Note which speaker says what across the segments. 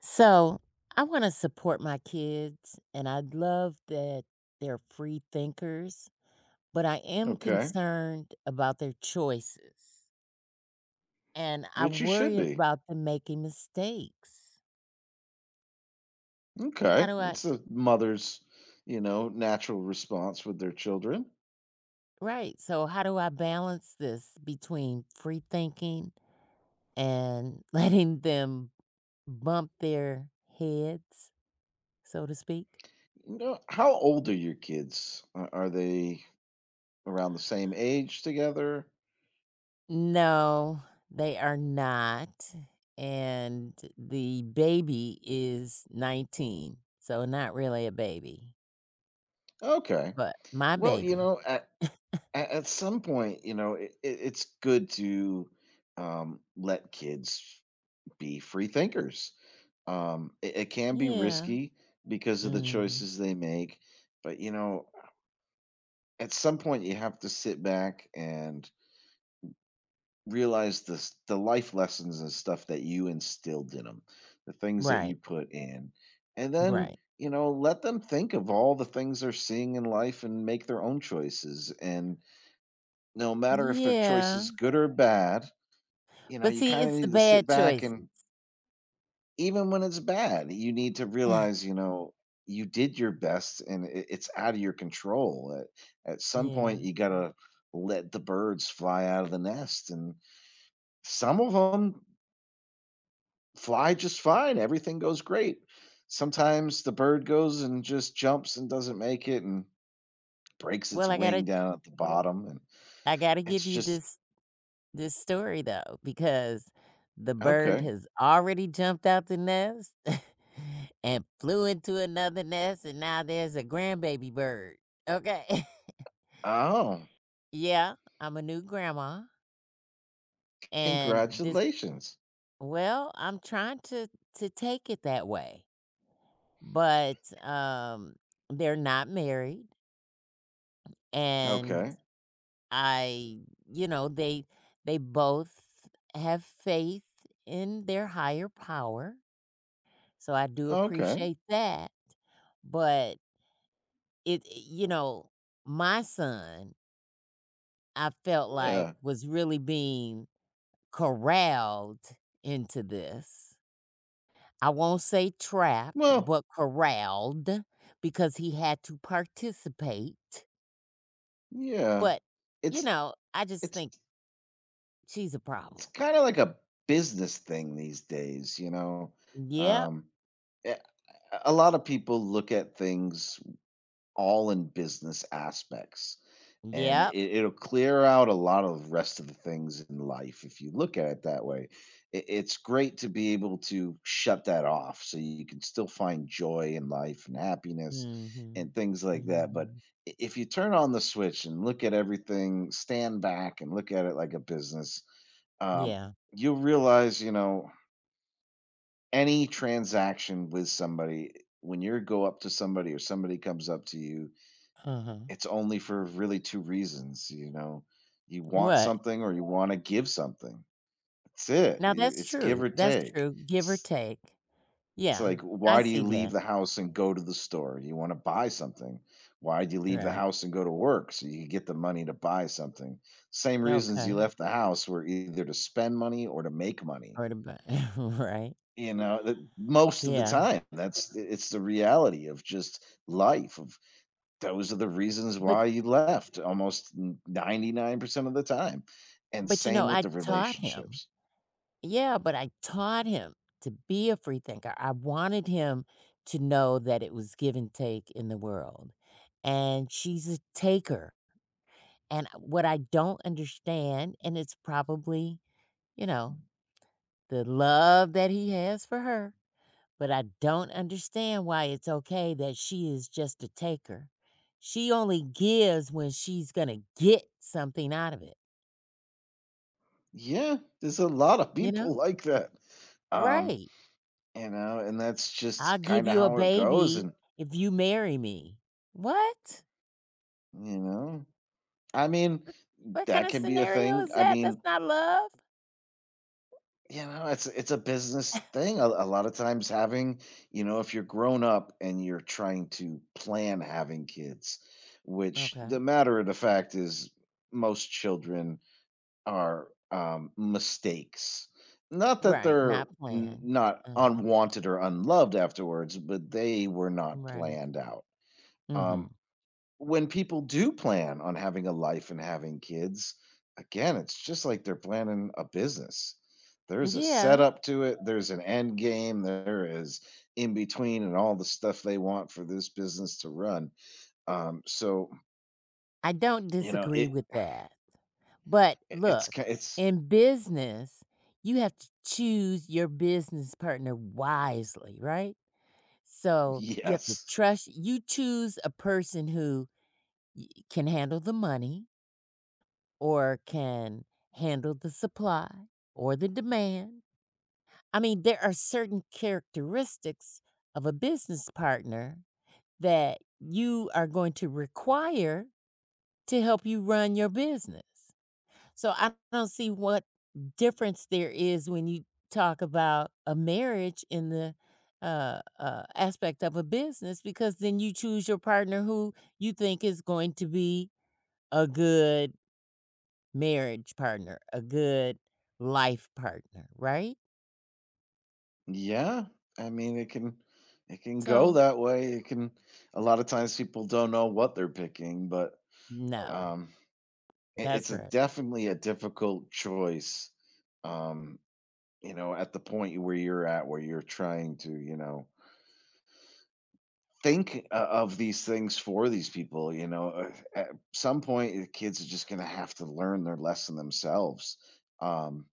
Speaker 1: So I want to support my kids, and I love that they're free thinkers, but I am
Speaker 2: Okay,
Speaker 1: concerned about their choices. And I
Speaker 2: which you should
Speaker 1: worry
Speaker 2: be.
Speaker 1: about them making mistakes. How
Speaker 2: Okay,
Speaker 1: do I,
Speaker 2: it's a mother's, you know, natural response with their children.
Speaker 1: right? So, how do I balance this between free thinking and letting them bump their heads, so to speak?
Speaker 2: You know, how old are your kids? Are they around the same age together?
Speaker 1: No, they are not, and the baby is 19, so not really a baby,
Speaker 2: Okay.
Speaker 1: but my
Speaker 2: Well, you
Speaker 1: baby.
Speaker 2: know, at some point, you know, it's good to let kids be free thinkers. It can be
Speaker 1: Yeah.
Speaker 2: risky because of the
Speaker 1: Mhm.
Speaker 2: choices they make, but you know, at some point, you have to sit back and realize the life lessons and stuff that you instilled in them, the things that
Speaker 1: Right,
Speaker 2: you put in, and then
Speaker 1: right.
Speaker 2: you know let them think of all the things they're seeing in life and make their own choices. And no matter if their choice
Speaker 1: Yeah,
Speaker 2: is good or bad, you know
Speaker 1: but
Speaker 2: you
Speaker 1: see,
Speaker 2: kind of
Speaker 1: it's the
Speaker 2: need to sit
Speaker 1: bad
Speaker 2: back
Speaker 1: choices.
Speaker 2: and even when it's bad, you need to realize you know you did your best and it's out of your control. At some
Speaker 1: Yeah.
Speaker 2: point, you gotta let the birds fly out of the nest, and some of them fly just fine, everything goes great. Sometimes the bird goes and just jumps and doesn't make it and breaks its
Speaker 1: Well, I
Speaker 2: wing
Speaker 1: gotta
Speaker 2: down at the bottom and
Speaker 1: I gotta
Speaker 2: it's
Speaker 1: give you
Speaker 2: just
Speaker 1: this story though, because the bird
Speaker 2: okay.
Speaker 1: has already jumped out the nest and flew into another nest, and now there's a grandbaby bird. Okay.
Speaker 2: Oh,
Speaker 1: yeah, I'm a new grandma. And
Speaker 2: congratulations.
Speaker 1: well, to take it that way. But um, they're not married. And
Speaker 2: Okay.
Speaker 1: I, you know, they both have faith in their higher power. So I do
Speaker 2: Okay.
Speaker 1: appreciate that, but it you know, my son, I felt like
Speaker 2: Yeah.
Speaker 1: was really being corralled into this. I won't say trapped,
Speaker 2: Well,
Speaker 1: but corralled because he had to participate.
Speaker 2: yeah.
Speaker 1: But, you
Speaker 2: It's
Speaker 1: know, I just
Speaker 2: it's
Speaker 1: think she's a
Speaker 2: it's
Speaker 1: problem.
Speaker 2: kind of like a business thing these days, you know.
Speaker 1: Yep,
Speaker 2: Um eh, a lot of people look at things all in business aspects. And it,
Speaker 1: yep.
Speaker 2: it'll clear out a lot of rest of the things in life if you look at it that way. It's great to be able to shut that off so you can still find joy in life and happiness and
Speaker 1: Mhm,
Speaker 2: things like that. But
Speaker 1: mhm.
Speaker 2: if you turn on the switch and look at everything, stand back and look at it like a business, um,
Speaker 1: Yeah,
Speaker 2: you'll realize, you know, any transaction with somebody, when you go up to somebody or somebody comes up to you,
Speaker 1: uh-huh.
Speaker 2: it's only for really two reasons, you know. You want
Speaker 1: What?
Speaker 2: something or you wanna give something. That's it.
Speaker 1: Now
Speaker 2: You it's give or
Speaker 1: that's
Speaker 2: take.
Speaker 1: true, give or
Speaker 2: It's
Speaker 1: take.
Speaker 2: it's like,
Speaker 1: Yeah, I
Speaker 2: why do you
Speaker 1: see
Speaker 2: leave
Speaker 1: that,
Speaker 2: the house and go to the store? You wanna buy something. Why do you leave the
Speaker 1: right.
Speaker 2: house and go to work? So you can get the money to buy something. Same reasons you
Speaker 1: Okay,
Speaker 2: left the house were either to spend money or to make money.
Speaker 1: or about. right,
Speaker 2: You know, that most of the
Speaker 1: yeah,
Speaker 2: time, that's it's the reality of just life, of those are the reasons
Speaker 1: but
Speaker 2: why you left almost 99% of the time. And
Speaker 1: but you know,
Speaker 2: same with
Speaker 1: I
Speaker 2: the
Speaker 1: taught him.
Speaker 2: relationships.
Speaker 1: Yeah, but I taught him to be a free thinker. I wanted him to know that it was give and take in the world, and she's a taker, and what I don't understand and it's probably, you know, the love that he has for her. But I don't understand why it's okay that she is just a taker. She only gives when she's gonna get something out of it,
Speaker 2: Yeah, there's a lot of
Speaker 1: you know?
Speaker 2: people like that. Um,
Speaker 1: Right.
Speaker 2: you know, and that's
Speaker 1: "I'll
Speaker 2: just
Speaker 1: give
Speaker 2: kind of
Speaker 1: you a
Speaker 2: how it goes.
Speaker 1: baby
Speaker 2: And,
Speaker 1: if you marry me." What?
Speaker 2: you know, I mean,
Speaker 1: What what
Speaker 2: that
Speaker 1: kinda
Speaker 2: can be a
Speaker 1: scenario
Speaker 2: thing.
Speaker 1: is
Speaker 2: I
Speaker 1: that? That's
Speaker 2: mean,
Speaker 1: not love.
Speaker 2: you know, it's a business thing. A lot of times having, you know, if you're grown up and you're trying to plan having kids, which
Speaker 1: Okay.
Speaker 2: the matter of the fact is most children are, mistakes. Not that
Speaker 1: Right,
Speaker 2: they're
Speaker 1: not
Speaker 2: n
Speaker 1: planned.
Speaker 2: not
Speaker 1: Mhm.
Speaker 2: unwanted or unloved afterwards, but they were not
Speaker 1: Right.
Speaker 2: planned out.
Speaker 1: Mhm.
Speaker 2: Um, when people do plan on having a life and having kids, again, it's just like they're planning a business. There's a
Speaker 1: Yeah.
Speaker 2: setup to it, there's an end game, there is in between and all the stuff they want for this business to run. So,
Speaker 1: I don't
Speaker 2: you know,
Speaker 1: disagree
Speaker 2: it
Speaker 1: with that. But
Speaker 2: it's
Speaker 1: look,
Speaker 2: ki it's
Speaker 1: in business, you have to choose your business partner wisely, right? So you have to
Speaker 2: yes.
Speaker 1: trust you choose a person who y- can handle the money or can handle the supply or the demand. I mean, there are certain characteristics of a business partner that you are going to require to help you run your business. So I don't see what difference there is when you talk about a marriage in the aspect of a business, because then you choose your partner who you think is going to be a good marriage partner, a good life partner, right?
Speaker 2: Yeah, I mean, it can go
Speaker 1: So,
Speaker 2: that way. It can a lot of times people don't know what they're picking, but
Speaker 1: no,
Speaker 2: um it, it's
Speaker 1: that's
Speaker 2: a
Speaker 1: right.
Speaker 2: definitely a difficult choice. Um, you know, at the point where you're at where you're trying to, you know, think of these things for these people, you know, uh, at some point the kids are just going to have to learn their lesson themselves. Um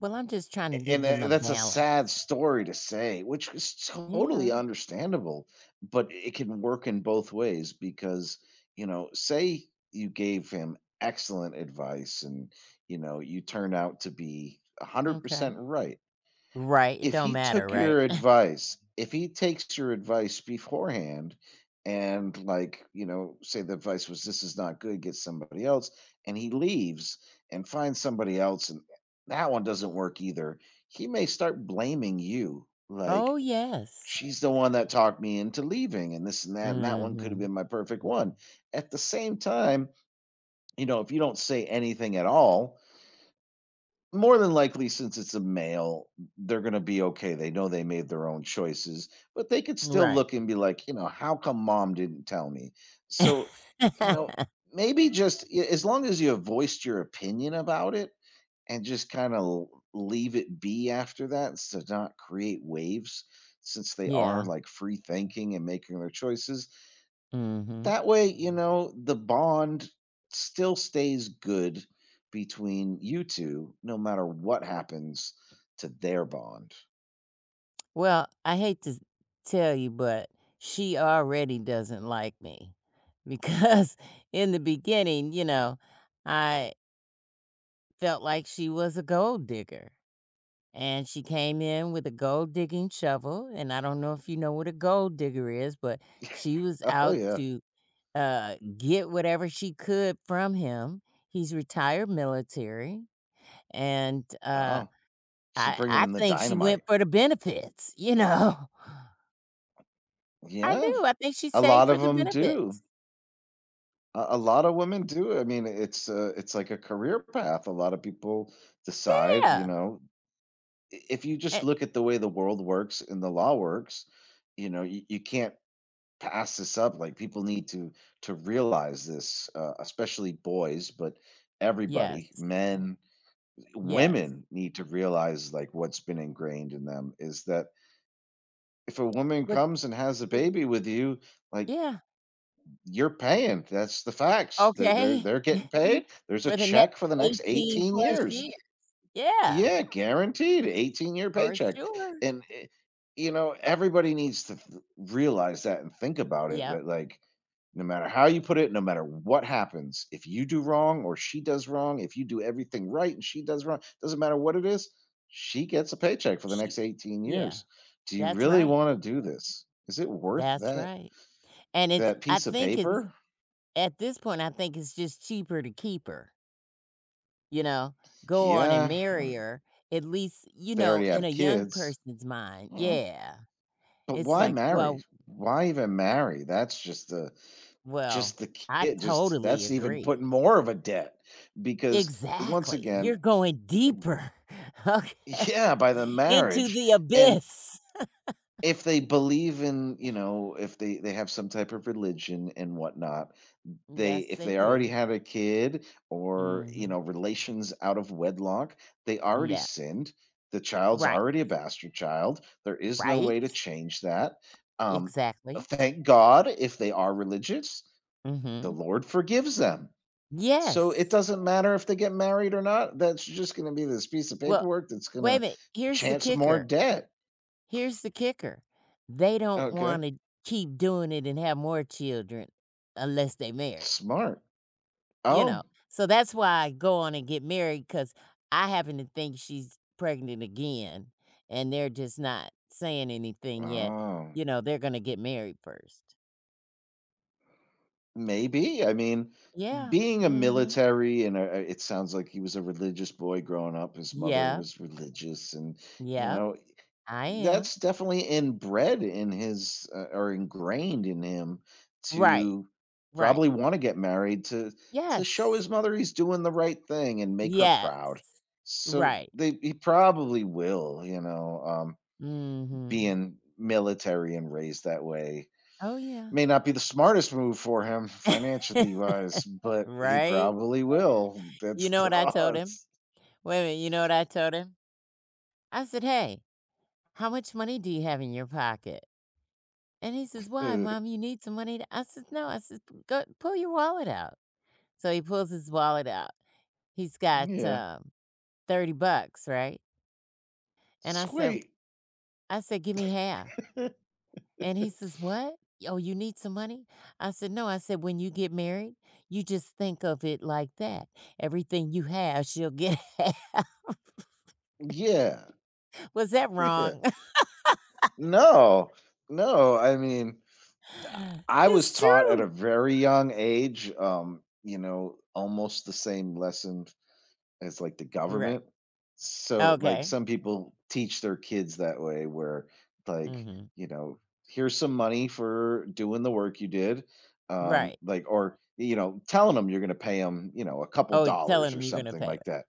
Speaker 1: Well, I'm just trying to
Speaker 2: A- and
Speaker 1: give them
Speaker 2: tha
Speaker 1: a
Speaker 2: that's a
Speaker 1: balance.
Speaker 2: sad story to say, which is totally
Speaker 1: Yeah.
Speaker 2: understandable, but it can work in both ways because, you know, say you gave him excellent advice and, you know, you turned out to be
Speaker 1: Okay.
Speaker 2: 100% right.
Speaker 1: Right. It
Speaker 2: If
Speaker 1: don't
Speaker 2: he
Speaker 1: matter,
Speaker 2: took
Speaker 1: right?
Speaker 2: your advice If he takes your advice beforehand and, like, you know, say the advice was, "This is not good, get somebody else," and he leaves and finds somebody else and that one doesn't work either, he may start blaming you,
Speaker 1: Oh,
Speaker 2: like,
Speaker 1: yes.
Speaker 2: "She's the one that talked me into leaving and this and that one could have
Speaker 1: Mm-hmm.
Speaker 2: been my perfect one." At the same time, you know, if you don't say anything at all, more than likely, since it's a male, they're gonna be okay. They know they made their own choices, but they could still
Speaker 1: Right.
Speaker 2: look and be like, you know, "How come mom didn't tell me?" So, you Right. know, maybe just a as long as you have voiced your opinion about it and just kinda leave it be after that so to not create waves since they are,
Speaker 1: Yeah.
Speaker 2: like, free thinking and making their choices,
Speaker 1: Mhm.
Speaker 2: that way, you know, the bond still stays good between you two no matter what happens to their bond.
Speaker 1: Well, I hate to s- tell you, but she already doesn't like me because in the beginning, you know, I felt like she was a gold digger. And she came in with a gold digging shovel. And I don't know if you know what a gold digger is, but she was
Speaker 2: Oh,
Speaker 1: out
Speaker 2: yeah.
Speaker 1: to get whatever she could from him. He's retired military. And
Speaker 2: Oh, she's
Speaker 1: I
Speaker 2: bringing
Speaker 1: I
Speaker 2: in the
Speaker 1: think she
Speaker 2: dynamite.
Speaker 1: went for the benefits, you know? I
Speaker 2: Yeah,
Speaker 1: do, I think she
Speaker 2: a
Speaker 1: saved
Speaker 2: lot
Speaker 1: for
Speaker 2: of
Speaker 1: the
Speaker 2: them do.
Speaker 1: benefits.
Speaker 2: A lot of women do. I mean, it's like a career path. A lot of people decide, you
Speaker 1: Yeah,
Speaker 2: know, I if you just
Speaker 1: and
Speaker 2: look at the way the world works and the law works, you know, you can't to ask this up. Like people need to realize this, especially boys, but everybody,
Speaker 1: yes,
Speaker 2: men,
Speaker 1: yes,
Speaker 2: women need to realize like what's been ingrained in them is that if a woman
Speaker 1: but
Speaker 2: comes and has a baby with you, like
Speaker 1: yeah,
Speaker 2: you're paying. That's the facts. They're they're,
Speaker 1: okay,
Speaker 2: they're getting Mhm. paid. There's a
Speaker 1: for the next
Speaker 2: check for the next
Speaker 1: 18
Speaker 2: 18
Speaker 1: plus
Speaker 2: years.
Speaker 1: years. Yeah,
Speaker 2: Yeah, guaranteed 18-year
Speaker 1: for
Speaker 2: paycheck.
Speaker 1: sure.
Speaker 2: And you know, everybody needs to realize that and think about it
Speaker 1: Yeah.
Speaker 2: that like no matter how you put it, no matter what happens, if you do wrong or she does wrong, if you do everything right and she does wrong, doesn't matter what it is, she gets a paycheck for the
Speaker 1: she
Speaker 2: next 18
Speaker 1: yeah,
Speaker 2: years. Do you
Speaker 1: that's
Speaker 2: really
Speaker 1: right,
Speaker 2: want to do this? Is it worth
Speaker 1: that's
Speaker 2: that
Speaker 1: right, and it's
Speaker 2: that
Speaker 1: I
Speaker 2: piece of
Speaker 1: think it's
Speaker 2: paper?
Speaker 1: at this point, I think it's just cheaper to keep her, you know? Go on and
Speaker 2: Yeah,
Speaker 1: marry her, at least,
Speaker 2: if
Speaker 1: you
Speaker 2: they
Speaker 1: know,
Speaker 2: already
Speaker 1: in
Speaker 2: have
Speaker 1: a young
Speaker 2: kids.
Speaker 1: person's mind,
Speaker 2: eh,
Speaker 1: yeah.
Speaker 2: But
Speaker 1: It's
Speaker 2: why
Speaker 1: like,
Speaker 2: marry?
Speaker 1: "Well
Speaker 2: Why even marry? That's just the
Speaker 1: well,
Speaker 2: Just the
Speaker 1: I
Speaker 2: kid. Just
Speaker 1: totally
Speaker 2: that's even
Speaker 1: agree."
Speaker 2: putting more of a debt because once
Speaker 1: Exactly,
Speaker 2: again,
Speaker 1: you're going deeper, okay,
Speaker 2: yeah, by the
Speaker 1: into
Speaker 2: marriage
Speaker 1: the
Speaker 2: and
Speaker 1: abyss.
Speaker 2: if they believe in you know if they they have some type of religion and whatnot they
Speaker 1: Yes,
Speaker 2: if
Speaker 1: they
Speaker 2: they already
Speaker 1: do.
Speaker 2: had a kid or you
Speaker 1: Mhm.
Speaker 2: know relations out of wedlock they already
Speaker 1: Yes.
Speaker 2: sinned the child's
Speaker 1: Right,
Speaker 2: already a bastard child there is no way to
Speaker 1: right,
Speaker 2: change that um
Speaker 1: exactly.
Speaker 2: thank god if they are religious the
Speaker 1: Mhm.
Speaker 2: lord forgives them so it
Speaker 1: Yes.
Speaker 2: doesn't matter if they get married or not that's just going to be this piece of
Speaker 1: Well,
Speaker 2: paperwork that's going
Speaker 1: wait
Speaker 2: to
Speaker 1: a minute, here's the
Speaker 2: chance more
Speaker 1: kicker,
Speaker 2: debt.
Speaker 1: here's the kicker, they don't
Speaker 2: Okay.
Speaker 1: wanna keep doing it and have more children unless they married.
Speaker 2: Smart.
Speaker 1: You know?
Speaker 2: Oh,
Speaker 1: So that's why I go on and get married because I happen to think she's pregnant again, and they're just not saying anything yet.
Speaker 2: oh,
Speaker 1: You know, they're gonna get married first.
Speaker 2: maybe. I mean,
Speaker 1: Yeah.
Speaker 2: being a
Speaker 1: Mhm.
Speaker 2: military and it sounds like he was a religious boy growing up. His mother
Speaker 1: Yeah.
Speaker 2: was religious, and you
Speaker 1: yep,
Speaker 2: know
Speaker 1: I am.
Speaker 2: that's definitely inbred in his or ingrained in him
Speaker 1: Right,
Speaker 2: to
Speaker 1: right.
Speaker 2: probably want to get married to show
Speaker 1: Yes.
Speaker 2: his mother he's doing the right thing and make her
Speaker 1: Yes.
Speaker 2: proud. So
Speaker 1: Right.
Speaker 2: they he probably will, you know,
Speaker 1: Mhm.
Speaker 2: being military and raised that way
Speaker 1: Oh, yeah.
Speaker 2: may not be the smartest move for him financially wise, but he
Speaker 1: Right?
Speaker 2: probably will.
Speaker 1: You
Speaker 2: That's
Speaker 1: know
Speaker 2: the
Speaker 1: what I told him?
Speaker 2: odds.
Speaker 1: Wait a minute, you know what I told him? I said, "Hey, how much money do you have in your pocket?" And he says, "Why, mom? You need some money?" I says, "No." I says, "Go pull your wallet out." So he pulls his wallet out. He's got
Speaker 2: yeah.
Speaker 1: $30, right? And I said,
Speaker 2: Sweet.
Speaker 1: give me half." And he says, "What? Oh, you need some money?" I said, "No." I said, "When you get married, you just think of it like that. Everything you have, she'll get." half."
Speaker 2: yeah.
Speaker 1: Was that
Speaker 2: Yeah.
Speaker 1: wrong?
Speaker 2: No. No, I mean I was
Speaker 1: it's
Speaker 2: taught at a
Speaker 1: true.
Speaker 2: very young age, you know, almost the same lesson as like the
Speaker 1: Right.
Speaker 2: government. So like
Speaker 1: Okay.
Speaker 2: some people teach their kids that way where like,
Speaker 1: hmm
Speaker 2: you know, here's some money for doing the work you did.
Speaker 1: Right.
Speaker 2: Like or you know, telling them you're going to pay them, you know, a couple
Speaker 1: Oh, telling
Speaker 2: dollars or
Speaker 1: him you're gonna
Speaker 2: something
Speaker 1: pay.
Speaker 2: like that.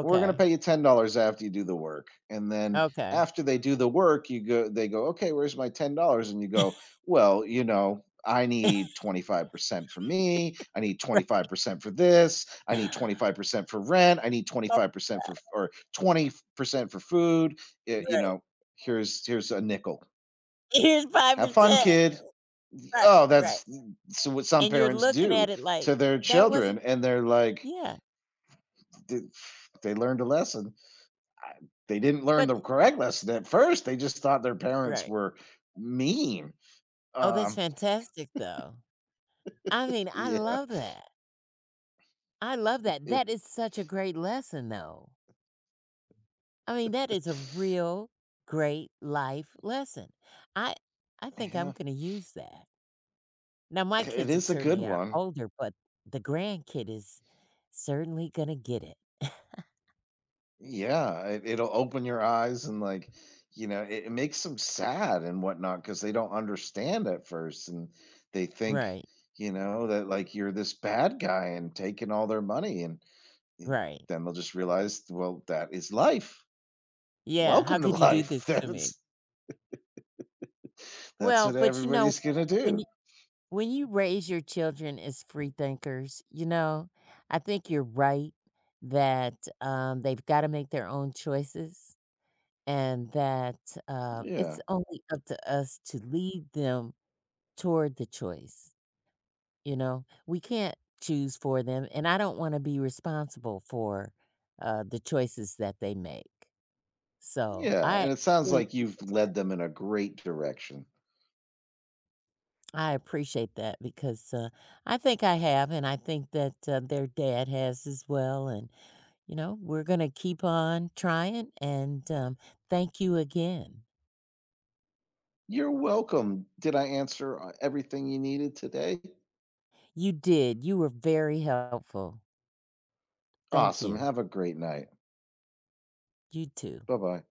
Speaker 2: We're going to pay you $10 after you do the work. And then
Speaker 1: Okay.
Speaker 2: after they do the work, you go they go, "Okay, where's my $10?" and you go, "Well, you know, I need 25% for me. I need 25% for this. I
Speaker 1: Oh,
Speaker 2: need 25% for rent. I need 25% for or 20% for food.
Speaker 1: yeah,
Speaker 2: You
Speaker 1: right.
Speaker 2: know, here's a nickel.
Speaker 1: Here's
Speaker 2: Have fun,
Speaker 1: 5%.
Speaker 2: kid.
Speaker 1: Right,
Speaker 2: Oh,
Speaker 1: right,
Speaker 2: that's so what some
Speaker 1: and you're
Speaker 2: parents
Speaker 1: looking
Speaker 2: do
Speaker 1: at it like,
Speaker 2: to their
Speaker 1: "That
Speaker 2: children
Speaker 1: wasn't"
Speaker 2: and they're like
Speaker 1: yeah,
Speaker 2: they, they learned a lesson. I- They didn't learn
Speaker 1: but
Speaker 2: the correct lesson at first. They just thought their parents
Speaker 1: right.
Speaker 2: were mean.
Speaker 1: Oh, that's
Speaker 2: Um
Speaker 1: fantastic, though. I mean, I
Speaker 2: yeah.
Speaker 1: love that. I love that. That is such a great lesson, though. I mean, that is a real great life lesson. I I think I'm
Speaker 2: Yeah,
Speaker 1: gonna use that. Now, my
Speaker 2: it
Speaker 1: kids have
Speaker 2: is a good
Speaker 1: certainly are
Speaker 2: one.
Speaker 1: older, but the grandkid is certainly gonna get it.
Speaker 2: Yeah, it'll open your eyes and like, you know, it makes them sad and whatnot because they don't understand at first and they think,
Speaker 1: Right,
Speaker 2: you know, that like you're this bad guy and taking all their money and
Speaker 1: right.
Speaker 2: then they'll just realize, well, that is life.
Speaker 1: Yeah, how
Speaker 2: Welcome to
Speaker 1: could you do this
Speaker 2: life.
Speaker 1: to me?
Speaker 2: That's
Speaker 1: Well,
Speaker 2: what
Speaker 1: but you know
Speaker 2: everybody's gonna
Speaker 1: what,
Speaker 2: do.
Speaker 1: when you raise your children as free thinkers, you know, I think you're right that, they've gotta make their own choices and that, it's
Speaker 2: Yeah.
Speaker 1: only up to us to lead them toward the choice, you know? We can't choose for them, and I don't wanna be responsible for, the choices that they make. So,
Speaker 2: Yeah. And it sounds
Speaker 1: really
Speaker 2: like
Speaker 1: appreciate
Speaker 2: you've led them in a great direction.
Speaker 1: I appreciate that because I think I have, and I think that their dad has as well. And, you know, we're going to keep on trying. And thank you again.
Speaker 2: You're welcome. Did I answer everything you needed today?
Speaker 1: You did. You were very helpful. Thank
Speaker 2: Awesome.
Speaker 1: you.
Speaker 2: Have a great night.
Speaker 1: You too.
Speaker 2: Bye bye.